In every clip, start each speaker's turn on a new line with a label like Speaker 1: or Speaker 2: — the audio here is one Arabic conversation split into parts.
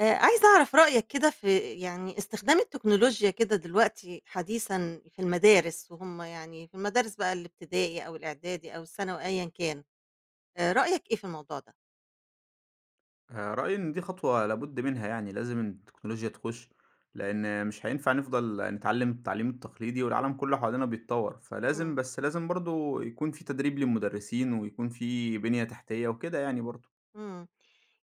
Speaker 1: عايزة أعرف رأيك كده في يعني استخدام التكنولوجيا كده دلوقتي حديثًا في المدارس، وهُم يعني في المدارس بقى الابتدائي أو الإعدادي أو الثانوي أيًا كان، رأيك إيه في الموضوع ده؟
Speaker 2: رأيي إن دي خطوة لابد منها يعني، لازم التكنولوجيا تخش، لأن مش هينفع نفضل نتعلم التعليم التقليدي والعالم كله حوالينا بيتطور، فلازم
Speaker 1: إمم،
Speaker 2: بس لازم برضه يكون في تدريب للمدرسين ويكون في بنية تحتية وكده يعني برضه.
Speaker 1: إمم،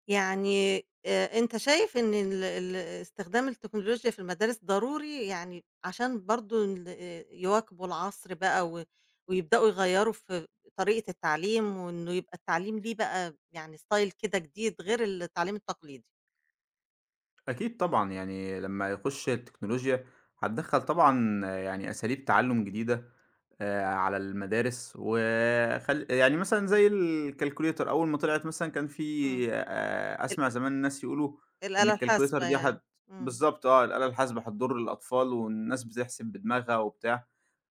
Speaker 1: يعني أنت شايف إن ال ال استخدام التكنولوجيا في المدارس ضروري يعني عشان برضه ال يواكبوا العصر بقى و ويبدأوا يغيّروا في طريقة التعليم، وإنه يبقى التعليم ليه بقى يعني style كده جديد غير التعليم التقليدي؟
Speaker 2: أكيد
Speaker 1: إمم.
Speaker 2: طبعًا، يعني لمّا يخش التكنولوجيا هتدخّل طبعًا يعني أساليب تعلُّم جديدة على المدارس، وخل يعني مثلًا زي الكالكوليتر أول ما طلعت مثلًا كان في
Speaker 1: إمم. ال
Speaker 2: أسمع زمان الناس يقولوا إن
Speaker 1: الآلة
Speaker 2: الكالكوليتر
Speaker 1: الحاسبة
Speaker 2: دي
Speaker 1: يعني. إمم.
Speaker 2: بالضبط آه، الآلة الحاسبة هتضُر الأطفال والناس بتحسب بدماغها وبتاع،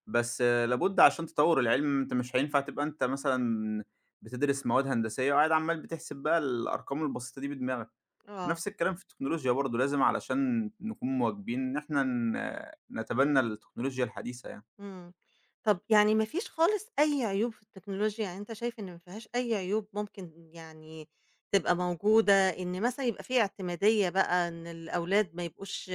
Speaker 2: بس لابد عشان تطوّر العلم أنت مش هينفع تبقى أنت مثلًا بتدرس مواد هندسية وقاعد عمّال بتحسب بقى الأرقام البسيطة دي بدماغك،
Speaker 1: آه.
Speaker 2: نفس الكلام في التكنولوجيا برضه لازم علشان نكون مواكبين إن إحنا نتبنى التكنولوجيا الحديثة يعني.
Speaker 1: إمم. طب يعني ما فيش خالص أي عيوب في التكنولوجيا، يعني أنت شايف إن ما فيهاش أي عيوب ممكن يعني تبقى موجودة، إن مثلًا يبقى في اعتمادية بقى إن الأولاد ما يبقوش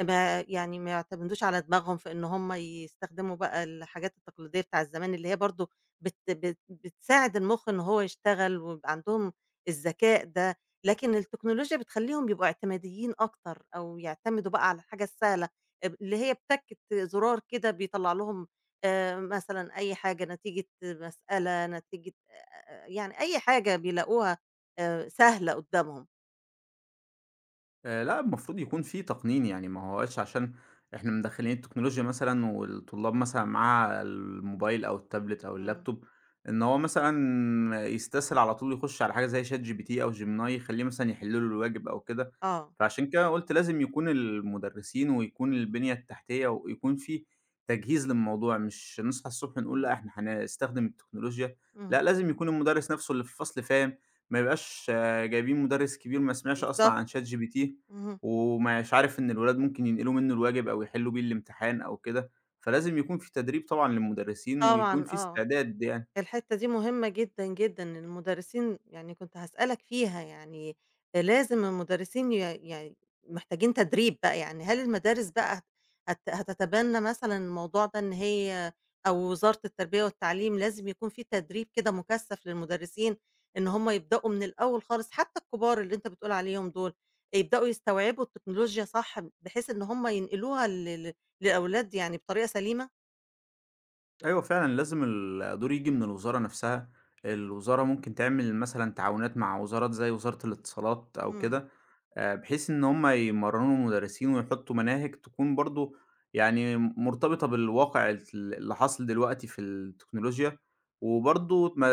Speaker 1: ما يعني ما يعتمدوش على دماغهم في إن هم يستخدموا بقى الحاجات التقليدية بتاع زمان اللي هي برضه بت بت بتساعد المُخ إن هو يشتغل ويبقى عندهم الذكاء ده، لكن التكنولوجيا بتخلّيهم يبقوا اعتماديين أكتر أو يعتمدوا بقى على الحاجة السهلة. اللي هي بتَكّة زرار كده بيطلّع لهم مثلًا أي حاجة نتيجة مسألة، نتيجة يعني أي حاجة بيلاقوها سهلة قُدّامهم.
Speaker 2: لأ، المفروض يكون في تقنين، يعني ما هواش عشان إحنا مدخّلين التكنولوجيا مثلًا والطلاب مثلًا معاها الموبايل أو التابلت أو
Speaker 1: إمم.
Speaker 2: اللابتوب، إن هو مثلًا يستسهل على طول يخش على حاجة زي ChatGPT أو Gemini يخلّيه مثلًا يحل له الواجب أو كده،
Speaker 1: آه.
Speaker 2: فعشان كده قُلت لازم يكون المدرسين ويكون البنية التحتية ويكون في تجهيز للموضوع، مش نصحى الصبح نقول
Speaker 1: إمم.
Speaker 2: لأ، إحنا هنستخدم التكنولوجيا،
Speaker 1: إمم.
Speaker 2: لأ، لازم يكون المدرس نفسه اللي في الفصل فاهم، ما يبقاش جايبين مدرس كبير ما سمعش أصلًا
Speaker 1: بالضبط.
Speaker 2: عن ChatGPT
Speaker 1: اهم.
Speaker 2: ومش عارف إن الولاد ممكن ينقلوا منّه الواجب أو يحلّوا بيه الامتحان أو كده، فلازم يكون في تدريب طبعًا للمدرسين ويكون
Speaker 1: طبعًا
Speaker 2: في
Speaker 1: آه.
Speaker 2: استعداد يعني.
Speaker 1: الحتّة دي مهمة جدًا، جدًا، المدرسين يعني كنت هاسألك فيها، يعني لازم المدرسين يعني محتاجين تدريب بقى، يعني هل المدارس بقى هت هت هتتبنى مثلًا الموضوع ده إن هي أو وزارة التربية والتعليم لازم يكون في تدريب كده مكثّف للمدرسين، إن هم يبدؤوا من الأول خالص، حتّى الكبار اللي أنت بتقول عليهم دول، يبدؤوا يستوعبوا التكنولوجيا صح، بحيث إن هم ينقلوها للأولاد يعني بطريقة سليمة؟
Speaker 2: أيوه فعلًا، لازم الدور ييجي من الوزارة نفسها، الوزارة ممكن تعمل مثلًا تعاونات مع وزارات زي وزارة الاتصالات أو
Speaker 1: إمم،
Speaker 2: كده، بحيث إن هم يمرنوا المدرسين ويحطوا مناهج تكون برضه يعني مرتبطة بالواقع اللي حاصل دلوقتي في التكنولوجيا، وبرضه ما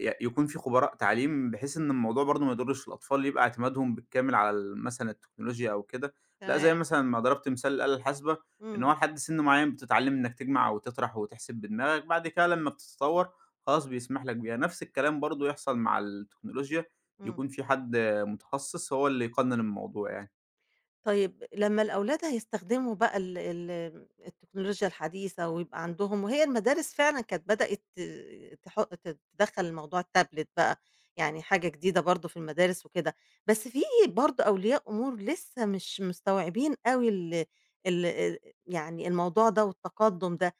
Speaker 2: ي يكون في خبراء تعليم بحيث إن الموضوع برضه ما يضرش الأطفال، يبقى اعتمادهم بالكامل على مثلًا التكنولوجيا أو كده، لأ زي
Speaker 1: تمام،
Speaker 2: مثلًا ما ضربت مثال الآلة الحاسبة إن هو
Speaker 1: إمم،
Speaker 2: لحد سِن معيّن بتتعلّم إنّك تجمع وتطرح وتحسب بدماغك، بعد كده لمّا بتتطوّر خلاص بيسمح لك بيها. نفس الكلام برضه يحصل مع التكنولوجيا،
Speaker 1: إمم.
Speaker 2: يكون في حد متخصص هو اللي يقنّن الموضوع يعني.
Speaker 1: طيب لمّا الأولاد هيستخدموا بقى ال ال التكنولوجيا الحديثة ويبقى عندهم وهي المدارس فعلًا كانت بدأت ت تح تدخّل موضوع التابلت بقى، يعني حاجة جديدة برضه في المدارس وكده، بس في برضه أولياء أمور لسه مش مستوعبين أوي ال ال يعني الموضوع ده والتقدُّم ده،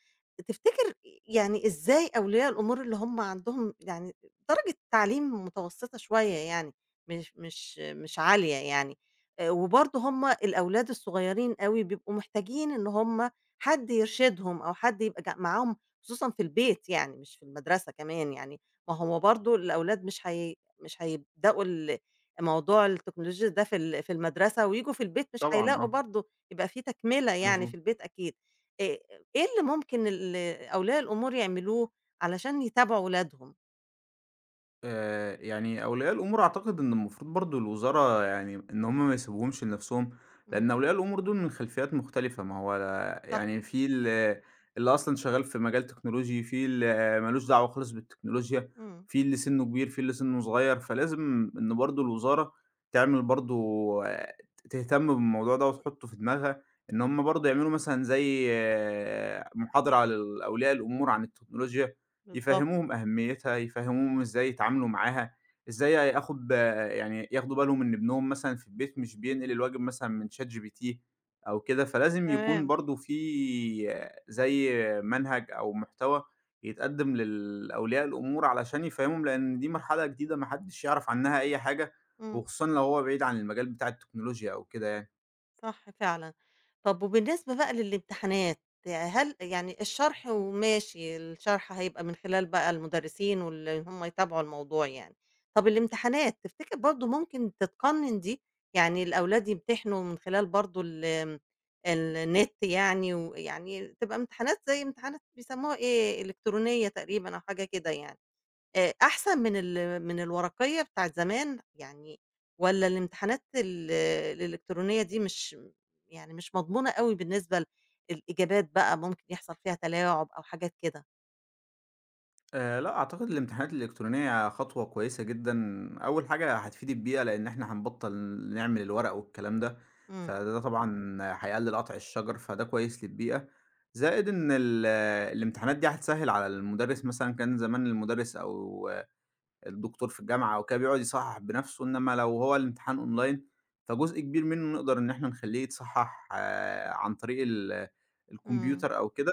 Speaker 1: تفتكر يعني إزاي أولياء الأمور اللي هم عندهم يعني درجة تعليم متوسطة شوية يعني، مش عالية يعني، وبرضه هُم الأولاد الصغيرين أوي بيبقوا محتاجين إن هُم حد يرشدهم أو حد يبقى معاهم خصوصًا في البيت يعني مش في المدرسة كمان يعني، ما هو برضه الأولاد مش هيبدؤوا موضوع التكنولوجيا ده في في المدرسة وييجوا في البيت مش
Speaker 2: طبعًا
Speaker 1: هيلاقوا
Speaker 2: آه،
Speaker 1: برضه يبقى في تكملة يعني في
Speaker 2: مضبوط.
Speaker 1: البيت أكيد. آآ إيه اللي ممكن أولياء الأمور يعملوه علشان يتابعوا ولادهم؟
Speaker 2: يعني أولياء الأمور أعتقد إن المفروض برضه الوزارة يعني إن هم ما يسيبوهمش لنفسهم،
Speaker 1: إمم،
Speaker 2: لأن أولياء الأمور دول من خلفيات مختلفة، ما هو
Speaker 1: صح،
Speaker 2: يعني في اللي أصلًا شغال في مجال تكنولوجي، في اللي ما لوش دعوة خالص بالتكنولوجيا،
Speaker 1: إمم،
Speaker 2: في اللي سنُّه كبير، في اللي سنُّه صغير، فلازم إن برضه الوزارة تعمل برضه تهتم بالموضوع ده وتحُطّه في دماغها، إن هم برضه يعملوا مثلًا زي محاضرة على أولياء الأمور عن التكنولوجيا،
Speaker 1: بالضبط،
Speaker 2: يفهّموهم أهميتها، يفهّموهم إزاي يتعاملوا معاها، إزاي آخد ب يعني ياخدوا بالهم إن ابنهم مثلًا في البيت مش بينقل الواجب مثلًا من ChatGPT أو كده، فلازم يكون
Speaker 1: تمام،
Speaker 2: برضه في زي منهج أو محتوى يتقدّم للأولياء الأمور علشان يفهّموهم، لإن دي مرحلة جديدة ما حدّش يعرف عنها أي حاجة،
Speaker 1: إمم.
Speaker 2: وخصوصًا لو هو بعيد عن المجال بتاع التكنولوجيا أو كده يعني.
Speaker 1: صح فعلًا. طب وبالنسبة بقى للامتحانات، هل يعني الشرح وماشي، الشرح هيبقى من خلال بقى المدرسين واللي هم يتابعوا الموضوع يعني. طب الامتحانات تفتكر برضه ممكن تتقنن دي؟ يعني الأولاد يمتحنوا من خلال برضه النت يعني ويعني تبقى امتحانات زي امتحانات بيسموها إيه، إلكترونية تقريبًا أو حاجة كده يعني. أحسن من من الورقية بتاعة زمان يعني والّا الامتحانات الإلكترونية دي مش يعني مش مضمونة أوي بالنسبة الإجابات بقى ممكن يحصل فيها تلاعب أو حاجات كده؟
Speaker 2: لأ، أعتقد الامتحانات الإلكترونية خطوة كويسة جدًا، أول حاجة هتفيد البيئة لإن إحنا هنبطّل نعمل الورق والكلام ده،
Speaker 1: إمم،
Speaker 2: فده طبعًا هيقلل قطع الشجر، فده كويس للبيئة، زائد إن الامتحانات دي هتسهّل على المدرس مثلًا كان زمان المدرس أو الدكتور في الجامعة أو كده بيقعد يصحّح بنَفْسه، إنّما لو هو الامتحان أونلاين، فجزء كبير منّه نقدر إن إحنا نخلّيه يتصحّح عن طريق ال
Speaker 1: إمم،
Speaker 2: الكمبيوتر أو كده،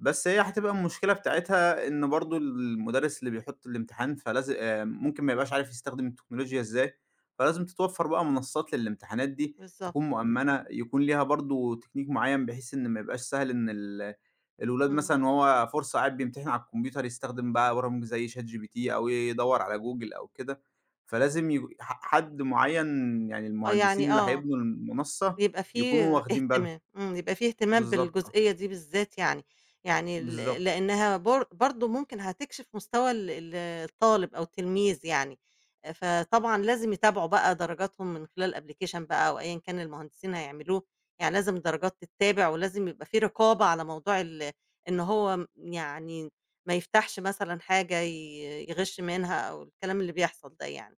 Speaker 2: بس هي هتبقى المشكلة بتاعتها إن برضه المُدرِّس اللي بيحُط الامتحان فلاز ممكن ما يبقاش عارف يستخدم التكنولوجيا إزاي، فلازم تتوفّر بقى منصّات للامتحانات دي
Speaker 1: بالضبط،
Speaker 2: تكون مؤمّنة، يكون ليها برضه تكنيك معيّن بحيث إن ما يبقاش سهل إن الولاد
Speaker 1: إمم،
Speaker 2: مثلًا وهو فرصة قاعد بيمتحن على الكمبيوتر يستخدم بقى برامج زي ChatGPT أو يدوّر على جوجل أو كده، فلازم يج ح حد معيّن يعني
Speaker 1: آه يعني
Speaker 2: المهندسين اللي
Speaker 1: آه.
Speaker 2: هيبنوا المنصة
Speaker 1: يبقى في
Speaker 2: يكونوا واخدين بالهم.
Speaker 1: اهتمام، إمم، يبقى في اهتمام
Speaker 2: بالضبط آه،
Speaker 1: بالجزئية دي بالذات يعني، يعني
Speaker 2: بالضبط،
Speaker 1: لإنها برضه ممكن هتكشف مستوى ال ال الطالب أو التلميذ يعني، فطبعًا لازم يتابعوا بقى درجاتهم من خلال application بقى أو أيًا كان المهندسين هيعملوه، يعني لازم الدرجات تتابع ولازم يبقى في رقابة على موضوع إن هو يعني ما يفتحش مثلًا حاجة يغش منها أو الكلام اللي بيحصل ده يعني،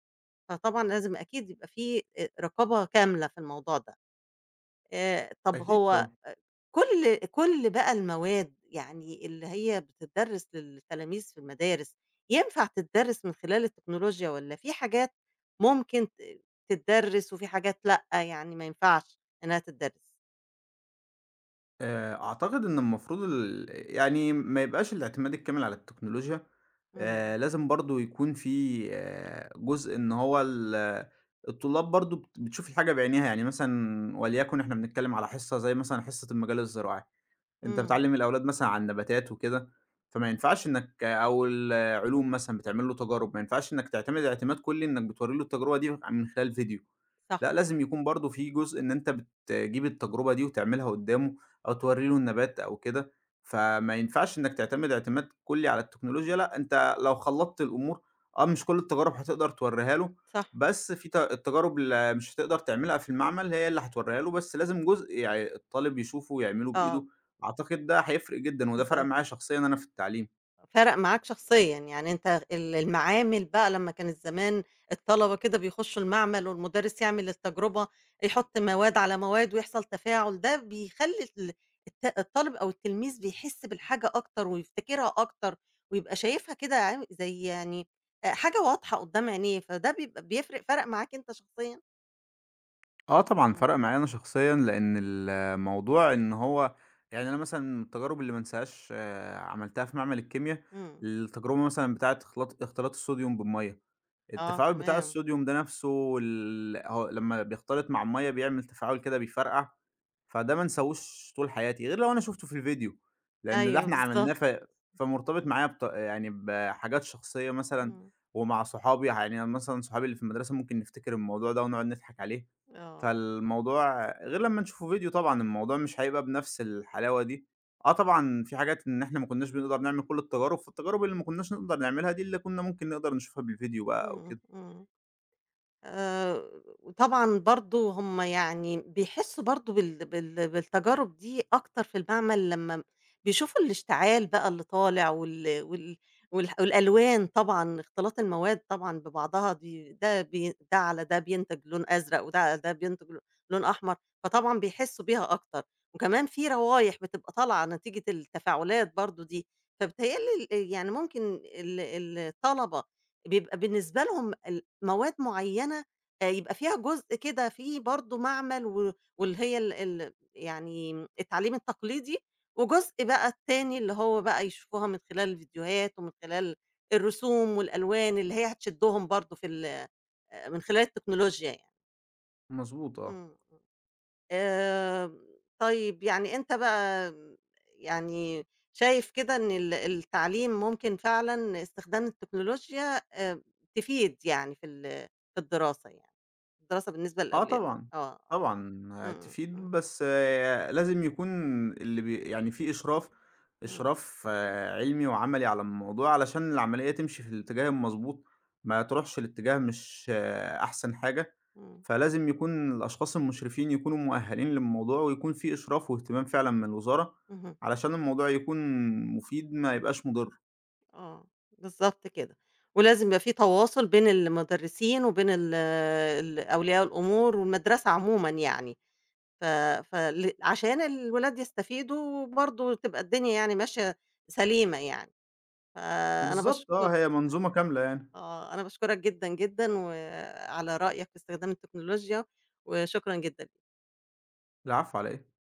Speaker 1: فطبعًا لازم أكيد يبقى في رقابة كاملة في الموضوع ده. طب
Speaker 2: أكيد
Speaker 1: هو
Speaker 2: طبعًا.
Speaker 1: كل بقى المواد يعني اللي هي بتتدرس للتلاميذ في المدارس، ينفع تتدرس من خلال التكنولوجيا والّا في حاجات ممكن تتدرس وفي حاجات لأ، يعني ما ينفعش إنها تتدرس؟
Speaker 2: أعتقد إن المفروض يعني ما يبقاش الاعتماد الكامل على التكنولوجيا،
Speaker 1: إمم،
Speaker 2: لازم برضه يكون في جزء إن هو الطلاب برضه بتشوف الحاجة بعينيها، يعني مثلًا وليكن إحنا بنتكلم على حصة زي مثلًا حصة المجال الزراعي، أنت
Speaker 1: إمم.
Speaker 2: بتعلّم الأولاد مثلًا عن النباتات وكده، فما ينفعش إنّك أو العلوم مثلًا بتعمل له تجارب، ما ينفعش إنّك تعتمد اعتماد كلّي إنّك بتورّي له التجربة دي من خلال فيديو،
Speaker 1: صح،
Speaker 2: لأ لازم يكون برضه في جزء إن أنت بتجيب التجربة دي وتعملها قدّامه أو تورّي له النبات أو كده، فما ينفعش إنّك تعتمد اعتماد كلّي على التكنولوجيا، لأ أنت لو خلّطت الأمور آه مش كل التجارب هتقدر تورّيها له،
Speaker 1: صح.
Speaker 2: بس في التجارب اللي مش هتقدر تعملها في المعمل هي اللي هتورّيها له، بس لازم جزء الطالب يشوفه ويعمله
Speaker 1: آه،
Speaker 2: بإيده أعتقد ده هيفرق جدًا، وده فرق
Speaker 1: إزاي؟
Speaker 2: معايا شخصيًا أنا في التعليم.
Speaker 1: فرق معاك شخصيًا، يعني أنت المعامل بقى لمّا كانت زمان الطلبة كده بيخشوا المعمل والمدرس يعمل التجربة، يحط مواد على مواد ويحصل تفاعل، ده بيخلّي ال الت الطالب أو التلميذ بيحس بالحاجة أكتر ويفتكرها أكتر، ويبقى شايفها كده زي يعني حاجة واضحة قدّام عينيه، فده بيبقى بيفرق فرق معاك أنت شخصيًا؟
Speaker 2: آه طبعًا
Speaker 1: إمم،
Speaker 2: فرَق معايا أنا شخصيًا، لإن الموضوع إن هو يعني أنا مثلًا من التجارب اللي ما انساهاش عملتها في معمل الكيميا،
Speaker 1: إمم،
Speaker 2: التجربة مثلًا بتاعة اختلاط الصوديوم بالمَيّة،
Speaker 1: آه
Speaker 2: التفاعل بتاع
Speaker 1: تمام،
Speaker 2: الصوديوم ده نَفْسه هو لمّا بيختلط مع المَيّة بيعمل تفاعل كده بيفرقع، فده ما انساهوش طول حياتي، غير لو أنا شُفته في الفيديو، لإن ده
Speaker 1: أيوه
Speaker 2: إحنا عملناه
Speaker 1: بالضبط،
Speaker 2: فمرتبط معايا يعني بحاجات شخصية مثلًا
Speaker 1: إمم،
Speaker 2: ومع صحابي، يعني مثلًا صحابي اللي في المدرسة ممكن نفتكر الموضوع ده ونقعد نضحك عليه.
Speaker 1: آه،
Speaker 2: فالموضوع غير لمّا نشوفه فيديو طبعًا، الموضوع مش هيبقى بنفس الحلاوة دي. آه طبعًا في حاجات إن إحنا ما كناش بنقدر نعمل كل التجارب، فالتجارب اللي ما كناش نقدر نعملها دي اللي كنا ممكن نقدر نشوفها بالفيديو بقى أو
Speaker 1: إمم،
Speaker 2: كده.
Speaker 1: إمم. آآ، وطبعًا برضه هم يعني بيحسّوا برضه بالتجارب دي أكتر في المعمل لمّا بيشوفوا الاشتعال بقى اللي طالع والألوان طبعًا، اختلاط المواد طبعًا ببعضها دي ده على ده بينتج لون أزرق وده على ده بينتج لون أحمر، فطبعًا بيحسّوا بيها أكتر، وكمان في روايح بتبقى طالعة نتيجة التفاعلات برضه دي، فبيتهيأ لي يعني ممكن الطلبة بيبقى بالنسبة لهم مواد معيّنة يبقى فيها جزء كده فيه برضه معمل و واللي هي ال ال يعني التعليم التقليدي، وجزء بقى التاني اللي هو بقى يشوفوها من خلال الفيديوهات ومن خلال الرسوم والألوان اللي هي هتشدّهم برضه في ال من خلال التكنولوجيا يعني.
Speaker 2: مضبوط آه.
Speaker 1: إمم، إمم. آآ، طيب يعني أنت بقى يعني شايف كده إن التعليم ممكن فعلًا استخدام التكنولوجيا آآ، تفيد يعني في في الدراسة يعني، الدراسة بالنسبة
Speaker 2: آه
Speaker 1: للأولاد،
Speaker 2: طبعًا،
Speaker 1: آه،
Speaker 2: طبعًا
Speaker 1: إمم،
Speaker 2: هتفيد
Speaker 1: إمم،
Speaker 2: بس لازم يكون اللي بي يعني في إشراف،
Speaker 1: إمم،
Speaker 2: إشراف علمي وعملي على الموضوع علشان العملية تمشي في الاتجاه المضبوط، ما تروحش لاتجاه مش أحسن حاجة.
Speaker 1: إمم،
Speaker 2: فلازم يكون الأشخاص المشرفين يكونوا مؤهلين للموضوع، ويكون في إشراف واهتمام فعلًا من الوزارة،
Speaker 1: اهم،
Speaker 2: علشان الموضوع يكون مفيد ما يبقاش مُضِر.
Speaker 1: آه، بالضبط كده، ولازم يبقى في تواصل بين المدرسين وبين ال ال أولياء الأمور والمدرسة عمومًا يعني. ف فل عشان الولاد يستفيدوا وبرضه تبقى الدنيا يعني ماشية سليمة يعني، فأنا
Speaker 2: بالضبط آه،
Speaker 1: باشكرك
Speaker 2: هي منظومة كاملة يعني.
Speaker 1: آه، أنا باشكرك جدًا، جدًا، وعلى رأيك في استخدام التكنولوجيا، وشكرًا جدًا.
Speaker 2: العفو على إيه؟